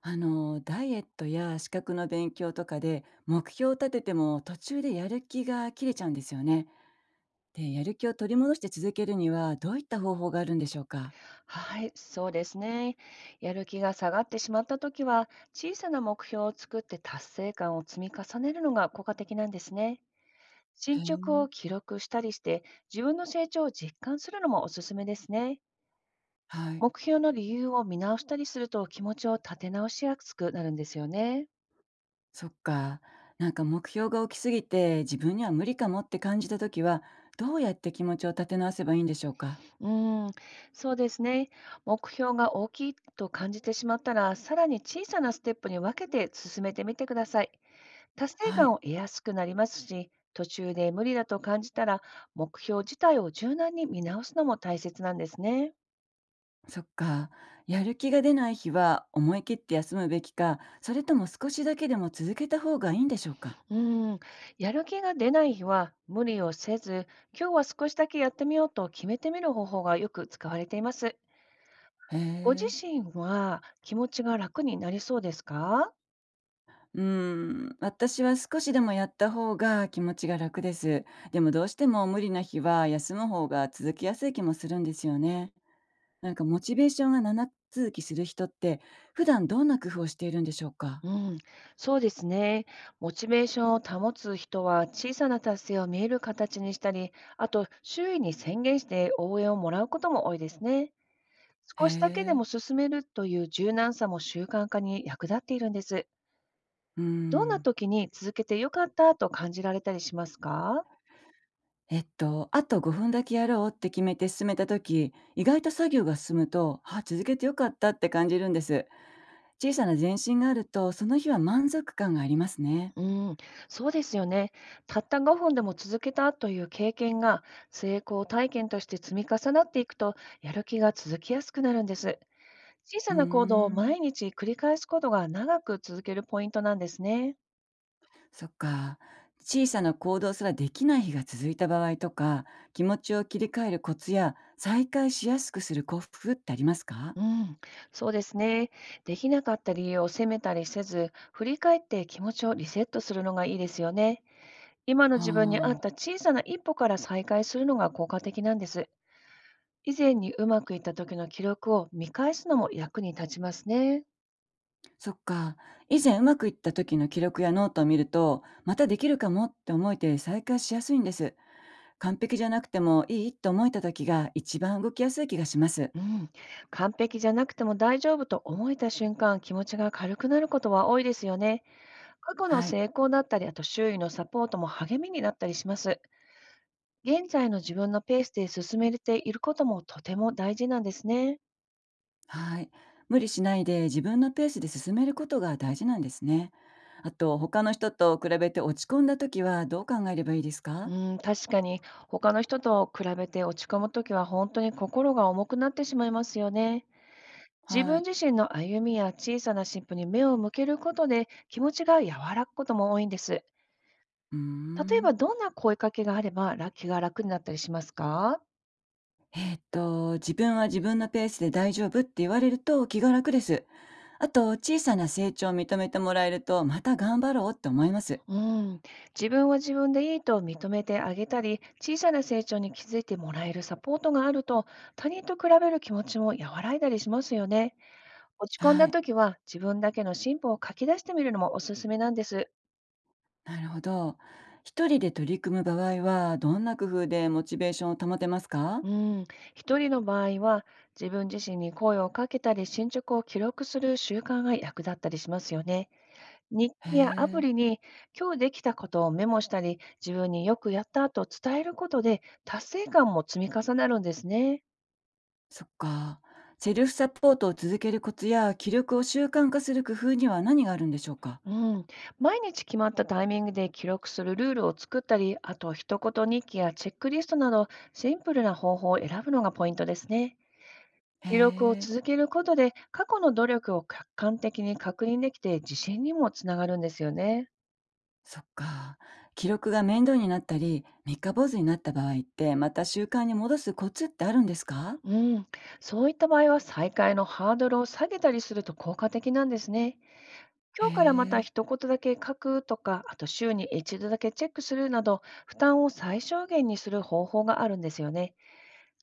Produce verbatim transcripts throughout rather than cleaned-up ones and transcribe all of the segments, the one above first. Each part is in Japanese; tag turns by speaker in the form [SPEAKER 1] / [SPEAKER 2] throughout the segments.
[SPEAKER 1] あのダイエットや資格の勉強とかで目標を立てても途中でやる気が切れちゃうんですよね。でやる気を取り戻して続けるにはどういった方法があるんでしょうか？
[SPEAKER 2] はい、そうですね。やる気が下がってしまったときは、小さな目標を作って達成感を積み重ねるのが効果的なんですね。進
[SPEAKER 1] へ
[SPEAKER 2] 捗を
[SPEAKER 1] え。
[SPEAKER 2] 記録したりして、自分の成長を実感するのもおすすめですね。
[SPEAKER 1] はい、
[SPEAKER 2] 目標の理由を見直したりすると気持ちを立て直しやすくなるんですよね。
[SPEAKER 1] そっか。なんか目標が大きすぎて自分には無理かもって感じた時はどうやって気持ちを立て直せばいいんでしょうか？
[SPEAKER 2] うん、そうですね。目標が大きいと感じてしまったら、さらに小さなステップに分けて進めてみてください。達成
[SPEAKER 1] は
[SPEAKER 2] 感
[SPEAKER 1] い、
[SPEAKER 2] を得やすくなりますし、途中で無理だと感じたら、目標自体を柔軟に見直すのも大切なんですね。
[SPEAKER 1] そっか。やる気が出ない日は思い切って休むべきか、それとも少しだけでも続けた方がいいんでしょうか？
[SPEAKER 2] うん、やる気が出ない日は、無理をせず、今日は少しだけやってみようと決めてみる方法がよく使われています。
[SPEAKER 1] へ
[SPEAKER 2] ご自
[SPEAKER 1] え。
[SPEAKER 2] 身は気持ちが楽になりそうですか？
[SPEAKER 1] うーん、私は少しでもやった方が気持ちが楽です。でもどうしても無理な日は休む方が続きやすい気もするんですよね。なんかモチベーションが長続きする人って普段どんな工夫をしているんでしょうか？
[SPEAKER 2] うん、そうですね。モチベーションを保つ人は、小さな達成を見える形にしたり、あと周囲に宣言して応援をもらうことも多いですね。
[SPEAKER 1] へ
[SPEAKER 2] 少しだけで
[SPEAKER 1] え。
[SPEAKER 2] も進めるという柔軟さも習慣化に役立っているんです。
[SPEAKER 1] うー
[SPEAKER 2] どんな
[SPEAKER 1] ん。
[SPEAKER 2] 時に続けてよかったと感じられたりしますか？
[SPEAKER 1] えっと、あとごふんだけやろうって決めて進めた時、意外と作業が進むと、あ、続けてよかったって感じるんです。小さな前進があると、その日は満足感がありますね。
[SPEAKER 2] うん、そうですよね。たったごふんでも続けたという経験が、成功体験として積み重なっていくと、やる気が続きやすくなるんです。小
[SPEAKER 1] う
[SPEAKER 2] さ
[SPEAKER 1] ー
[SPEAKER 2] な行動を
[SPEAKER 1] ん。
[SPEAKER 2] 毎日繰り返すことが、長く続けるポイントなんですね。
[SPEAKER 1] そっか。小さな行動すらできない日が続いた場合とか、気持ちを切り替えるコツや、再開しやすくする幸福ってありますか？
[SPEAKER 2] うん、そうですね。できなかった理由を責めたりせず、振り返って気持ちをリセットするのがいいですよね。今の
[SPEAKER 1] は
[SPEAKER 2] 自分に合った
[SPEAKER 1] あ、
[SPEAKER 2] 小さな一歩から再開するのが効果的なんです。以前にうまくいった時の記録を見返すのも役に立ちますね。
[SPEAKER 1] そっか。以前うまくいった時の記録やノートを見ると、またできるかもって思えて再開しやすいんです。完璧じゃなくてもいいと思えた時が一番動きやすい気がします。
[SPEAKER 2] うん、完璧じゃなくても大丈夫と思えた瞬間、気持ちが軽くなることは多いですよね。過去の
[SPEAKER 1] はい。
[SPEAKER 2] 成功だったり、あと周囲のサポートも励みになったりします。現在の自分のペースで進めていることも、とても大事なんですね。
[SPEAKER 1] はい。無理しないで自分のペースで進めることが大事なんですね。あと、他の人と比べて落ち込んだ時はどう考えればいいですか？
[SPEAKER 2] うん、確かに他の人と比べて落ち込むときは、本当に心が重くなってしまいますよね。自
[SPEAKER 1] は
[SPEAKER 2] 分
[SPEAKER 1] い。
[SPEAKER 2] 自身の歩みや小さな進歩に目を向けることで、気持ちが和らぐことも多いんです。
[SPEAKER 1] うー
[SPEAKER 2] 例え
[SPEAKER 1] ん。
[SPEAKER 2] ば、どんな声かけがあればら気が楽になったりしますか？
[SPEAKER 1] えっ、と、自分は自分のペースで大丈夫って言われると気が楽です。あと、小さな成長を認めてもらえると、また頑張ろうって思います。
[SPEAKER 2] うん、自分は自分でいいと認めてあげたり、小さな成長に気づいてもらえるサポートがあると、他人と比べる気持ちも和らいだりしますよね。落ち込ん
[SPEAKER 1] は
[SPEAKER 2] だ
[SPEAKER 1] い。
[SPEAKER 2] 時は、自分だけの進歩を書き出してみるのもおすすめなんです。
[SPEAKER 1] なるほど。一人で取り組む場合は、どんな工夫でモチベーションを保てますか？
[SPEAKER 2] うん、一人の場合は、自分自身に声をかけたり、進捗を記録する習慣が役立ったりしますよね。日
[SPEAKER 1] へ
[SPEAKER 2] 記やアプ
[SPEAKER 1] え。
[SPEAKER 2] リに今日できたことをメモしたり、自分によくやったと伝えることで達成感も積み重なるんですね。
[SPEAKER 1] そっか。セルフサポートを続けるコツや気力を習慣化する工夫には何があるんでしょうか？
[SPEAKER 2] うん、毎日決まったタイミングで記録するルールを作ったり、あと一言日記やチェックリストなどシンプルな方法を選ぶのがポイントですね。
[SPEAKER 1] へ
[SPEAKER 2] 記録を
[SPEAKER 1] え、
[SPEAKER 2] 続けることで、過去の努力を客観的に確認できて、自信にもつながるんですよね。
[SPEAKER 1] そっか。記録が面倒になったり、三日坊主になった場合って、また習慣に戻すコツってあるんですか？
[SPEAKER 2] うん、そういった場合は、再開のハードルを下げたりすると効果的なんですね。
[SPEAKER 1] へ
[SPEAKER 2] 今日からまた
[SPEAKER 1] え、
[SPEAKER 2] 一言だけ書くとか、あと週に一度だけチェックするなど、負担を最小限にする方法があるんですよね。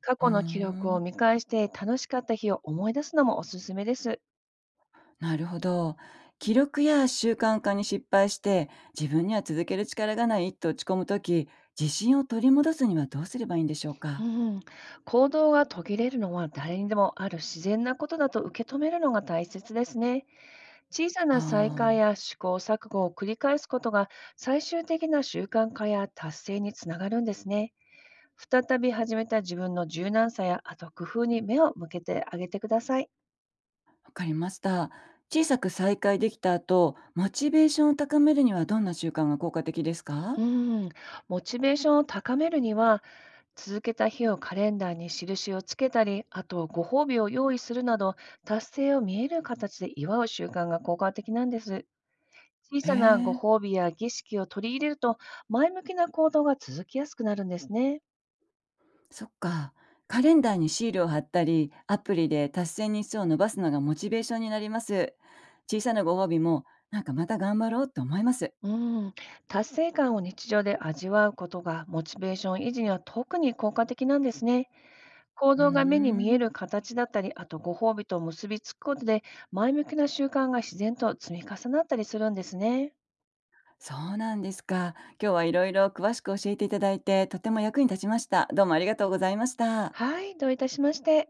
[SPEAKER 2] 過
[SPEAKER 1] うー
[SPEAKER 2] 去の記録を
[SPEAKER 1] ん、
[SPEAKER 2] 見返して、楽しかった日を思い出すのもおすすめです。
[SPEAKER 1] なるほど。記録や習慣化に失敗して、自分には続ける力がないと落ち込むとき、自信を取り戻すにはどうすればいいんでしょう
[SPEAKER 2] う
[SPEAKER 1] か？
[SPEAKER 2] ん、行動が途切れるのは誰にでもある自然なことだと受け止めるのが大切ですね。小さ
[SPEAKER 1] は
[SPEAKER 2] な再開
[SPEAKER 1] あ。
[SPEAKER 2] や試行錯誤を繰り返すことが、最終的な習慣化や達成につながるんですね。再び始めた自分の柔軟さや、あと工夫に目を向けてあげてください。
[SPEAKER 1] わかりました。小さく再開できた後、モチベーションを高めるにはどんな習慣が効果的ですか？
[SPEAKER 2] うん、モチベーションを高めるには、続けた日をカレンダーに印をつけたり、あとご褒美を用意するなど、達成を見える形で祝う習慣が効果的なんです。小
[SPEAKER 1] へ
[SPEAKER 2] さなご
[SPEAKER 1] え、
[SPEAKER 2] 褒美や儀式を取り入れると、前向きな行動が続きやすくなるんですね。
[SPEAKER 1] そっか。カレンダーにシールを貼ったり、アプリで達成日数を伸ばすのがモチベーションになります。小さなご褒美も、なんかまた頑張ろうと思います。
[SPEAKER 2] うん、達成感を日常で味わうことが、モチベーション維持には特に効果的なんですね。行
[SPEAKER 1] うー
[SPEAKER 2] 動が目に見え
[SPEAKER 1] ん、
[SPEAKER 2] る形だったり、あとご褒美と結びつくことで、前向きな習慣が自然と積み重なったりするんですね。
[SPEAKER 1] そうなんですか。今日はいろいろ詳しく教えていただいて、とても役に立ちました。どうもありがとうございました。
[SPEAKER 2] はい、どういたしまして。